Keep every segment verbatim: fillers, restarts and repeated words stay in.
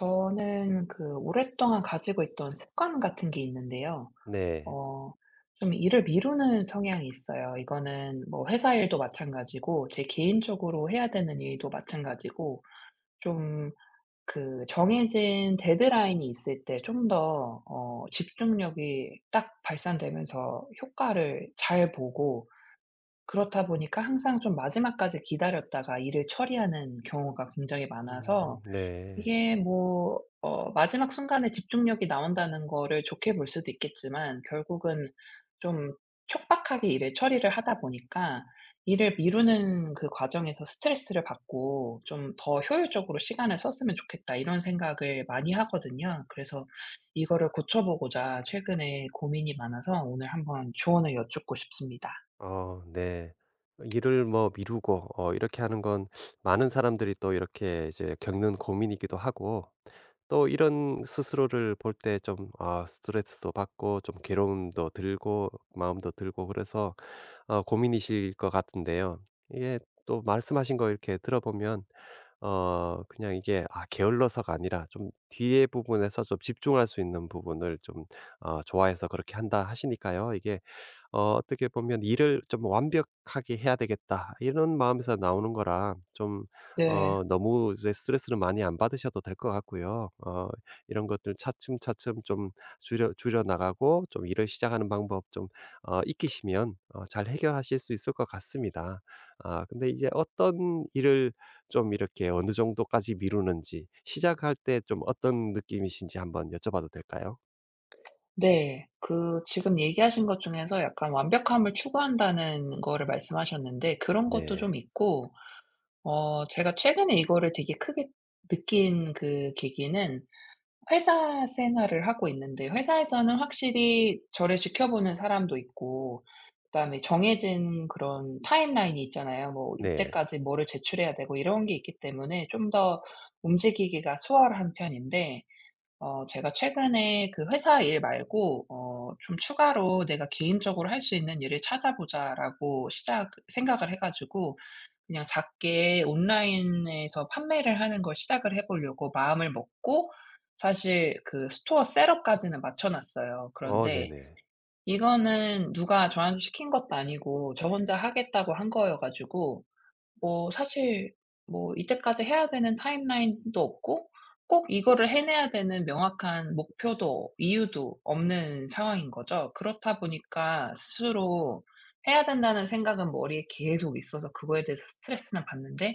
저는 그 오랫동안 가지고 있던 습관 같은 게 있는데요. 네. 어 좀 일을 미루는 성향이 있어요. 이거는 뭐 회사 일도 마찬가지고 제 개인적으로 해야 되는 일도 마찬가지고 좀 그 정해진 데드라인이 있을 때 좀 더 어 집중력이 딱 발산되면서 효과를 잘 보고, 그렇다 보니까 항상 좀 마지막까지 기다렸다가 일을 처리하는 경우가 굉장히 많아서 음 네. 이게 뭐 어 마지막 순간에 집중력이 나온다는 거를 좋게 볼 수도 있겠지만, 결국은 좀 촉박하게 일을 처리를 하다 보니까 일을 미루는 그 과정에서 스트레스를 받고 '좀 더 효율적으로 시간을 썼으면 좋겠다.' 이런 생각을 많이 하거든요. 그래서 이거를 고쳐 보고자 최근에 고민이 많아서 오늘 한번 조언을 여쭙고 싶습니다. 어 네. 일을 뭐 미루고 어 이렇게 하는 건 많은 사람들이 또 이렇게 이제 겪는 고민이기도 하고 또 이런 스스로를 볼 때 좀 아 스트레스도 받고 좀 괴로움도 들고 마음도 들고 그래서 어 고민이실 것 같은데요. 이게 또 말씀하신 거 이렇게 들어보면 어 그냥 이게 아 게을러서가 아니라 좀 뒤에 부분에서 좀 집중할 수 있는 부분을 좀 어 좋아해서 그렇게 한다 하시니까요. 이게 어 어떻게 보면 '일을 좀 완벽하게 해야 되겠다.' 이런 마음에서 나오는 거라 좀 네. 어 너무 이제 스트레스를 많이 안 받으셔도 될 것 같고요. 어 이런 것들 차츰차츰 좀 줄여 줄여 나가고 좀 일을 시작하는 방법 좀 어 익히시면 어 잘 해결하실 수 있을 것 같습니다. 아 근데 이제 어떤 일을 좀 이렇게 어느 정도까지 미루는지 시작할 때 좀 어떤 느낌이신지 한번 여쭤봐도 될까요? 네. 그 지금 얘기하신 것 중에서 약간 완벽함을 추구한다는 거를 말씀하셨는데 그런 것도 네. 좀 있고, 어 제가 최근에 이거를 되게 크게 느낀 그 계기는 회사 생활을 하고 있는데, 회사에서는 확실히 저를 지켜보는 사람도 있고 그다음에 정해진 그런 타임라인이 있잖아요. 뭐 네. 이때까지 뭐를 제출해야 되고 이런 게 있기 때문에 좀 더 움직이기가 수월한 편인데, 어 제가 최근에 그 회사 일 말고 어 좀 추가로 '내가 개인적으로 할 수 있는 일을 찾아보자.'라고 시작 생각을 해 가지고 그냥 작게 온라인에서 판매를 하는 걸 시작을 해 보려고 마음을 먹고, 사실 그 스토어 셋업까지는 맞춰 놨어요. 어 그런데 네네. 이거는 누가 저한테 시킨 것도 아니고 저 혼자 하겠다고 한 거여 가지고 뭐 사실 뭐 이때까지 해야 되는 타임라인도 없고 꼭 이거를 해내야 되는 명확한 목표도 이유도 없는 상황인 거죠. 그렇다 보니까 스스로 해야 된다는 생각은 머리에 계속 있어서 그거에 대해서 스트레스는 받는데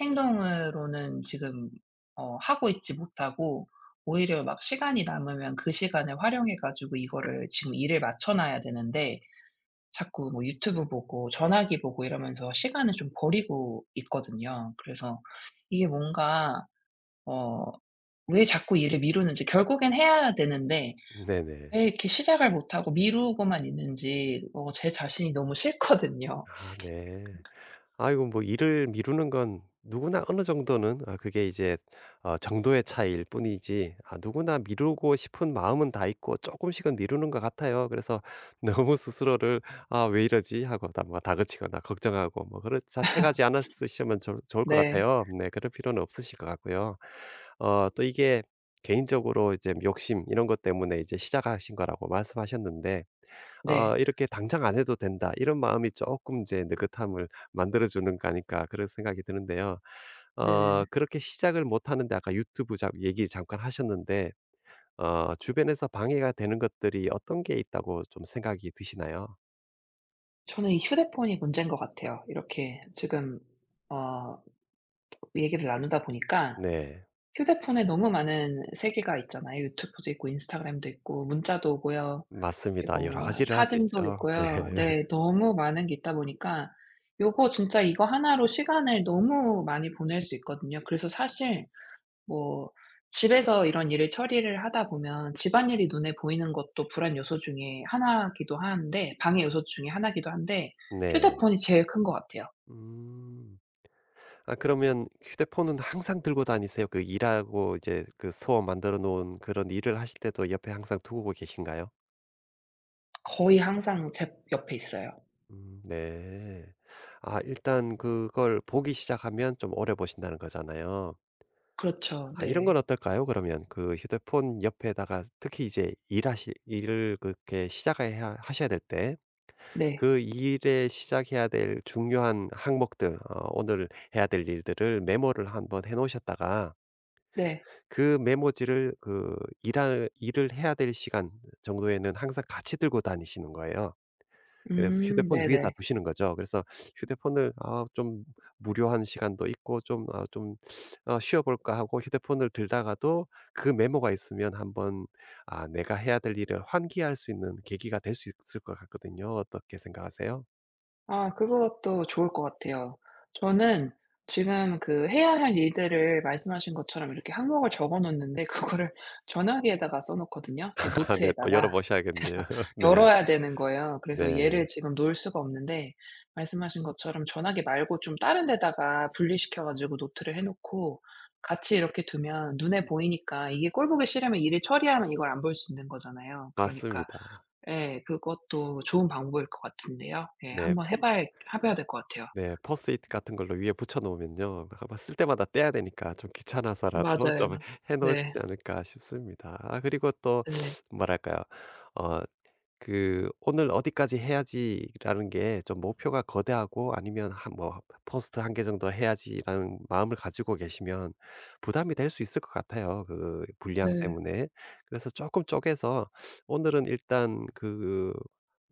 행동으로는 지금 어 하고 있지 못하고 오히려 막 시간이 남으면 그 시간을 활용해 가지고 이거를 지금 일을 맞춰 놔야 되는데 자꾸 뭐 유튜브 보고 전화기 보고 이러면서 시간을 좀 버리고 있거든요. 그래서 이게 뭔가 어 왜 자꾸 일을 미루는지, 결국엔 해야 되는데 네네. 왜 이렇게 시작을 못 하고 미루고만 있는지 어 제 자신이 너무 싫거든요. 아 네. 아이고 뭐 일을 미루는 건 누구나 어느 정도는 아 그게 이제 어 정도의 차이일 뿐이지 아 누구나 미루고 싶은 마음은 다 있고 조금씩은 미루는 것 같아요. 그래서 너무 스스로를 '아 왜 이러지?' 하고 다 뭐 다그치거나 걱정하고 뭐 그런 자책하지 않았으시면 좋 좋을 것 네. 같아요. 네, 그럴 필요는 없으실 것 같고요. 어 또 이게 개인적으로 이제 욕심 이런 것 때문에 이제 시작하신 거라고 말씀하셨는데 어 네. 이렇게 '당장 안 해도 된다.' 이런 마음이 조금 제 느긋함을 만들어 주는 거 아닐까 그런 생각이 드는데요. 어 네. 그렇게 시작을 못 하는데 아까 유튜브 자 얘기 잠깐 하셨는데 어 주변에서 방해가 되는 것들이 어떤 게 있다고 좀 생각이 드시나요? 저는 이 휴대폰이 문제인 것 같아요. 이렇게 지금 어 얘기를 나누다 보니까 네. 휴대폰에 너무 많은 세계가 있잖아요. 유튜브도 있고 인스타그램도 있고 문자도 오고요. 맞습니다. 그리고 여러 뭐 가지를 할 수 사진도 있죠. 네. 있고요. 네. 너무 많은 게 있다 보니까 요거 진짜 이거 하나로 시간을 너무 많이 보낼 수 있거든요. 그래서 사실 뭐 집에서 이런 일을 처리를 하다 보면 집안일이 눈에 보이는 것도 불안 요소 중에 하나기도 한데, 방해 요소 중에 하나기도 한데 네. 휴대폰이 제일 큰 것 같아요. 음. 아 그러면 휴대폰은 항상 들고 다니세요? 그 일하고 이제 그 소원 만들어 놓은 그런 일을 하실 때도 옆에 항상 두고 계신가요? 거의 항상 제 옆에 있어요. 음 네. 아 일단 그걸 보기 시작하면 좀 오래 보신다는 거잖아요. 그렇죠. 아 이런 건 네. 어떨까요? 그러면 그 휴대폰 옆에다가 특히 이제 일하시 일을 그렇게 시작해야 하셔야 될 때 네. 그 일에 시작해야 될 중요한 항목들 어 오늘 해야 될 일들을 메모를 한번 해 놓으셨다가 네. 그 메모지를 그 일할 일을 해야 될 시간 정도에는 항상 같이 들고 다니시는 거예요. 그래서 음 휴대폰 위에다 네네. 두시는 거죠. 그래서 휴대폰을 아 좀 무료한 시간도 있고 좀 아 좀 어 '쉬어 볼까.' 하고 휴대폰을 들다가도 그 메모가 있으면 한번 아 내가 해야 될 일을 환기할 수 있는 계기가 될 수 있을 것 같거든요. 어떻게 생각하세요? 아 그것도 좋을 것 같아요. 저는 지금 그 해야 할 일들을 말씀하신 것처럼 이렇게 항목을 적어 놓는데, 그거를 전화기에다가 써 놓거든요, 그 아 네. 또 열어 노트에다가. 그래서 보셔야겠네요. 네. 열어야 되는 거예요. 그래서 얘를 네. 지금 놓을 수가 없는데, 말씀하신 것처럼 전화기 말고 좀 다른 데다가 분리시켜 가지고 노트를 해 놓고 같이 이렇게 두면 눈에 보이니까, 이게 꼴 보기 싫으면 일을 처리하면 이걸 안 볼 수 있는 거잖아요. 그러니까 맞습니다. 예. 그것도 좋은 방법일 것 같은데요. 예. 네. 한번 해 봐야 해 봐야 될 것 같아요. 네. 포스트잇 같은 걸로 위에 붙여 놓으면요, 아마 쓸 때마다 떼야 되니까 좀 귀찮아서라도 맞아요. 좀 해 놓지 네. 않을까 싶습니다. 아 그리고 또 네. 뭐랄까요. 어 그 '오늘 어디까지 해야지.'라는 게 좀 목표가 거대하고 아니면 한 뭐 '포스트 한 개 정도 해야지.'라는 마음을 가지고 계시면 부담이 될 수 있을 것 같아요, 그 분량 네. 때문에. 그래서 조금 쪼개서 오늘은 일단 그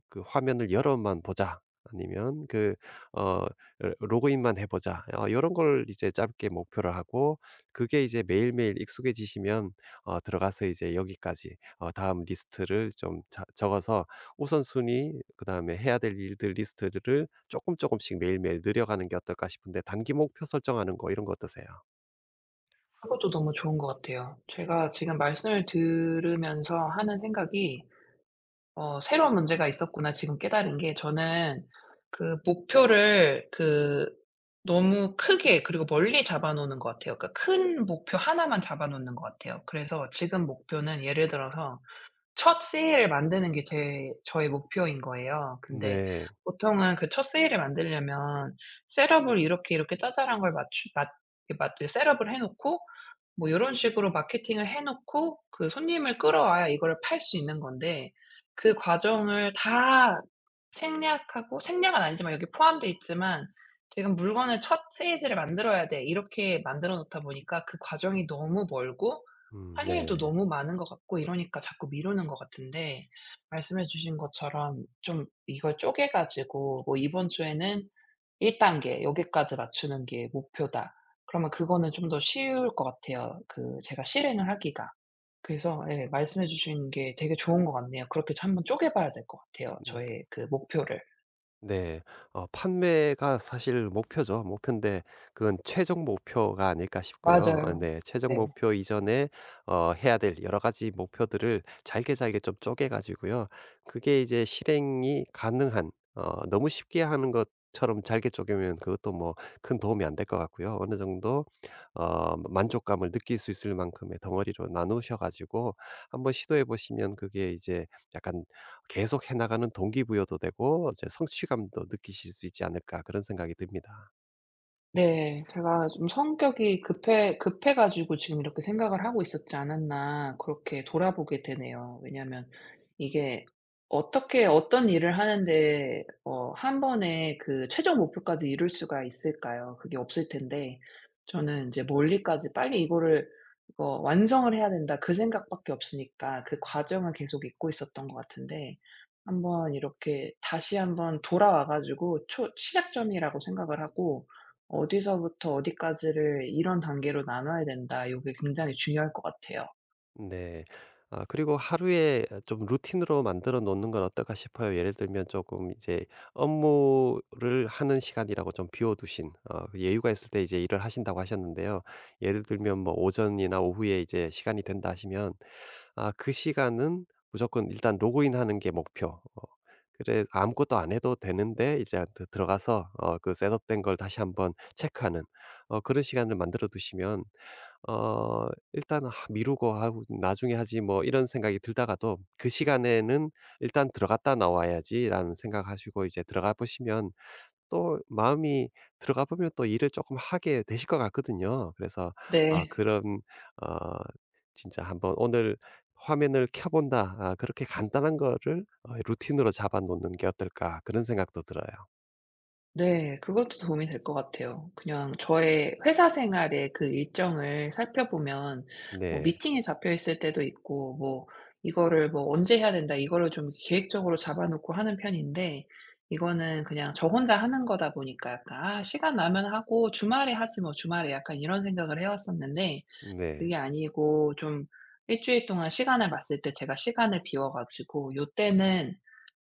그 '화면을 열어만 보자.' 아니면 그 어 어 '로그인만 해 보자.' 어런걸 이제 짧게 목표로 하고 그게 이제 매일매일 익숙해지시면 어 들어가서 이제 여기까지 어 다음 리스트를 좀 자 적어서 우선순위 그다음에 해야 될 일들 리스트들을 조금 조금씩 매일매일 늘려가는 게 어떨까 싶은데 단기 목표 설정하는 거 이런 거 어떠세요? 그것도 너무 좋은 것 같아요. 제가 지금 말씀을 들으면서 하는 생각이 어 새로운 문제가 있었구나 지금 깨달은 게, 저는 그 목표를 그 너무 크게 그리고 멀리 잡아 놓는 것 같아요. 그러니까 큰 목표 하나만 잡아 놓는 것 같아요. 그래서 지금 목표는, 예를 들어서 첫 세일을 만드는 게 제 저의 목표인 거예요. 근데 네. 보통은 그 첫 세일을 만들려면 셋업을 이렇게, 이렇게 짜잘한 걸 맞추 맞 이 맞 이 셋업을 해 놓고 뭐 요런 식으로 마케팅을 해 놓고 그 손님을 끌어와야 이거를 팔 수 있는 건데 그 과정을 다 생략하고, 생략은 아니지만 여기 포함돼 있지만 지금 '물건을 첫 세일을 만들어야 돼.' 이렇게 만들어 놓다 보니까 그 과정이 너무 멀고 음 할 네. 일도 너무 많은 것 같고 이러니까 자꾸 미루는 것 같은데, 말씀해 주신 것처럼 좀 이걸 쪼개 가지고 뭐 '이번 주에는 일 단계 여기까지 맞추는 게 목표다.' 그러면 그거는 좀 더 쉬울 것 같아요, 그 제가 실행을 하기가. 그래서 예 말씀해 주신 게 되게 좋은 것 같네요. 그렇게 저 한번 쪼개 봐야 될 것 같아요, 저의 그 목표를. 네. 어 판매가 사실 목표죠. 목표인데 그건 최종 목표가 아닐까 싶고요. 아, 맞아요. 네. 최종 네. 목표 이전에 어 해야 될 여러 가지 목표들을 잘게 잘게 좀 쪼개 가지고요. 그게 이제 실행이 가능한 어 너무 쉽게 하는 것처럼 잘게 쪼개면 그것도 뭐 큰 도움이 안 될 것 같고요. 어느 정도 어 만족감을 느낄 수 있을 만큼의 덩어리로 나누셔 가지고 한번 시도해 보시면 그게 이제 약간 계속 해 나가는 동기부여도 되고 이제 성취감도 느끼실 수 있지 않을까 그런 생각이 듭니다. 네. 제가 좀 성격이 급해 급해 가지고 지금 이렇게 생각을 하고 있었지 않았나 그렇게 돌아보게 되네요. 왜냐하면 이게 어떻게 어떤 일을 하는데 어 한 번에 그 최종 목표까지 이룰 수가 있을까요? 그게 없을 텐데 저는 이제 멀리까지 '빨리 이거를 이거 완성을 해야 된다.' 그 생각밖에 없으니까 그 과정을 계속 잊고 있었던 것 같은데, 한번 이렇게 다시 한번 돌아와 가지고 초 시작점이라고 생각을 하고 어디서부터 어디까지를 이런 단계로 나눠야 된다. 요게 굉장히 중요할 것 같아요. 네. 아 그리고 하루에 좀 루틴으로 만들어 놓는 건 어떨까 싶어요. 예를 들면 조금 이제 업무를 하는 시간이라고 좀 비워 두신 어 그 여유가 있을 때 이제 일을 하신다고 하셨는데요. 예를 들면 뭐 오전이나 오후에 이제 시간이 된다 하시면 아 그 시간은 무조건 일단 로그인하는 게 목표. 어 그래 아무것도 안 해도 되는데 이제 드 들어가서 어 그 셋업된 걸 다시 한번 체크하는 어 그런 시간을 만들어 두시면 어 일단 '아 미루고 하고 나중에 하지 뭐.' 이런 생각이 들다가도 '그 시간에는 일단 들어갔다 나와야지.'라는 생각하시고 이제 들어가 보시면 또 마음이 들어가 보면 또 일을 조금 하게 되실 것 같거든요. 그래서 아 네. 그런 어 진짜 한번 '오늘 화면을 켜 본다.' 아 그렇게 간단한 거를 어 루틴으로 잡아 놓는 게 어떨까 그런 생각도 들어요. 네. 그것도 도움이 될 것 같아요. 그냥 저의 회사 생활의 그 일정을 살펴보면 뭐 네. 미팅이 잡혀 있을 때도 있고 뭐 이거를 뭐 '언제 해야 된다.' 이거를 좀 계획적으로 잡아 놓고 하는 편인데, 이거는 그냥 저 혼자 하는 거다 보니까 약간 '아 시간 나면 하고 주말에 하지 뭐.' 주말에 약간 이런 생각을 해 왔었는데 네. 그게 아니고 좀 일 주일 동안 시간을 봤을 때 제가 시간을 비워 가지고 요때는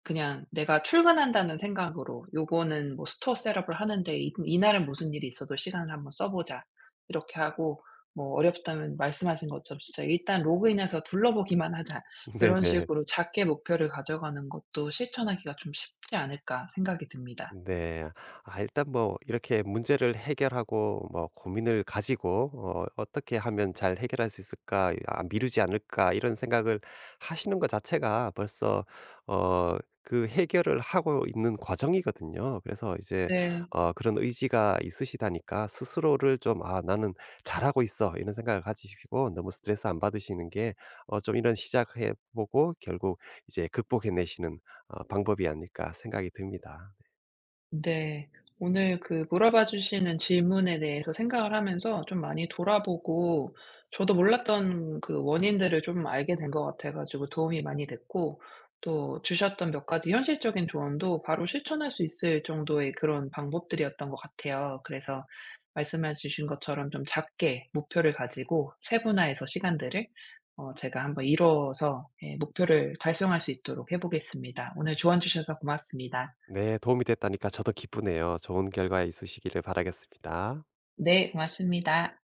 그냥 내가 출근한다는 생각으로 '요거는 뭐 스토어 셋업을 하는데 이 이날은 무슨 일이 있어도 시간을 한번 써 보자.' 이렇게 하고 뭐 어렵다면 말씀하신 것처럼 진짜 '일단 로그인해서 둘러보기만 하자.' 요런 네네. 식으로 작게 목표를 가져가는 것도 실천하기가 좀 쉽지 않을까 생각이 듭니다. 네. 아 일단 뭐 이렇게 문제를 해결하고 뭐 고민을 가지고 어 '어떻게 하면 잘 해결할 수 있을까? 아 미루지 않을까?' 이런 생각을 하시는 것 자체가 벌써 어 그 해결을 하고 있는 과정이거든요. 그래서 이제 네. 어 그런 의지가 있으시다니까 스스로를 좀 '아 나는 잘하고 있어.' 이런 생각을 가지시고 너무 스트레스 안 받으시는 게 어 좀 이런 시작해 보고 결국 이제 극복해 내시는 어 방법이 아닐까 생각이 듭니다. 네. 오늘 그 물어봐 주시는 질문에 대해서 생각을 하면서 좀 많이 돌아보고 저도 몰랐던 그 원인들을 좀 알게 된 것 같아 가지고 도움이 많이 됐고 또 주셨던 몇 가지 현실적인 조언도 바로 실천할 수 있을 정도의 그런 방법들이었던 것 같아요. 그래서 말씀해 주신 것처럼 좀 작게 목표를 가지고 세분화해서 시간들을 어 제가 한번 이뤄서 예 목표를 달성할 수 있도록 해 보겠습니다. 오늘 조언 주셔서 고맙습니다. 네, 도움이 됐다니까 저도 기쁘네요. 좋은 결과 있으시기를 바라겠습니다. 네, 맞습니다.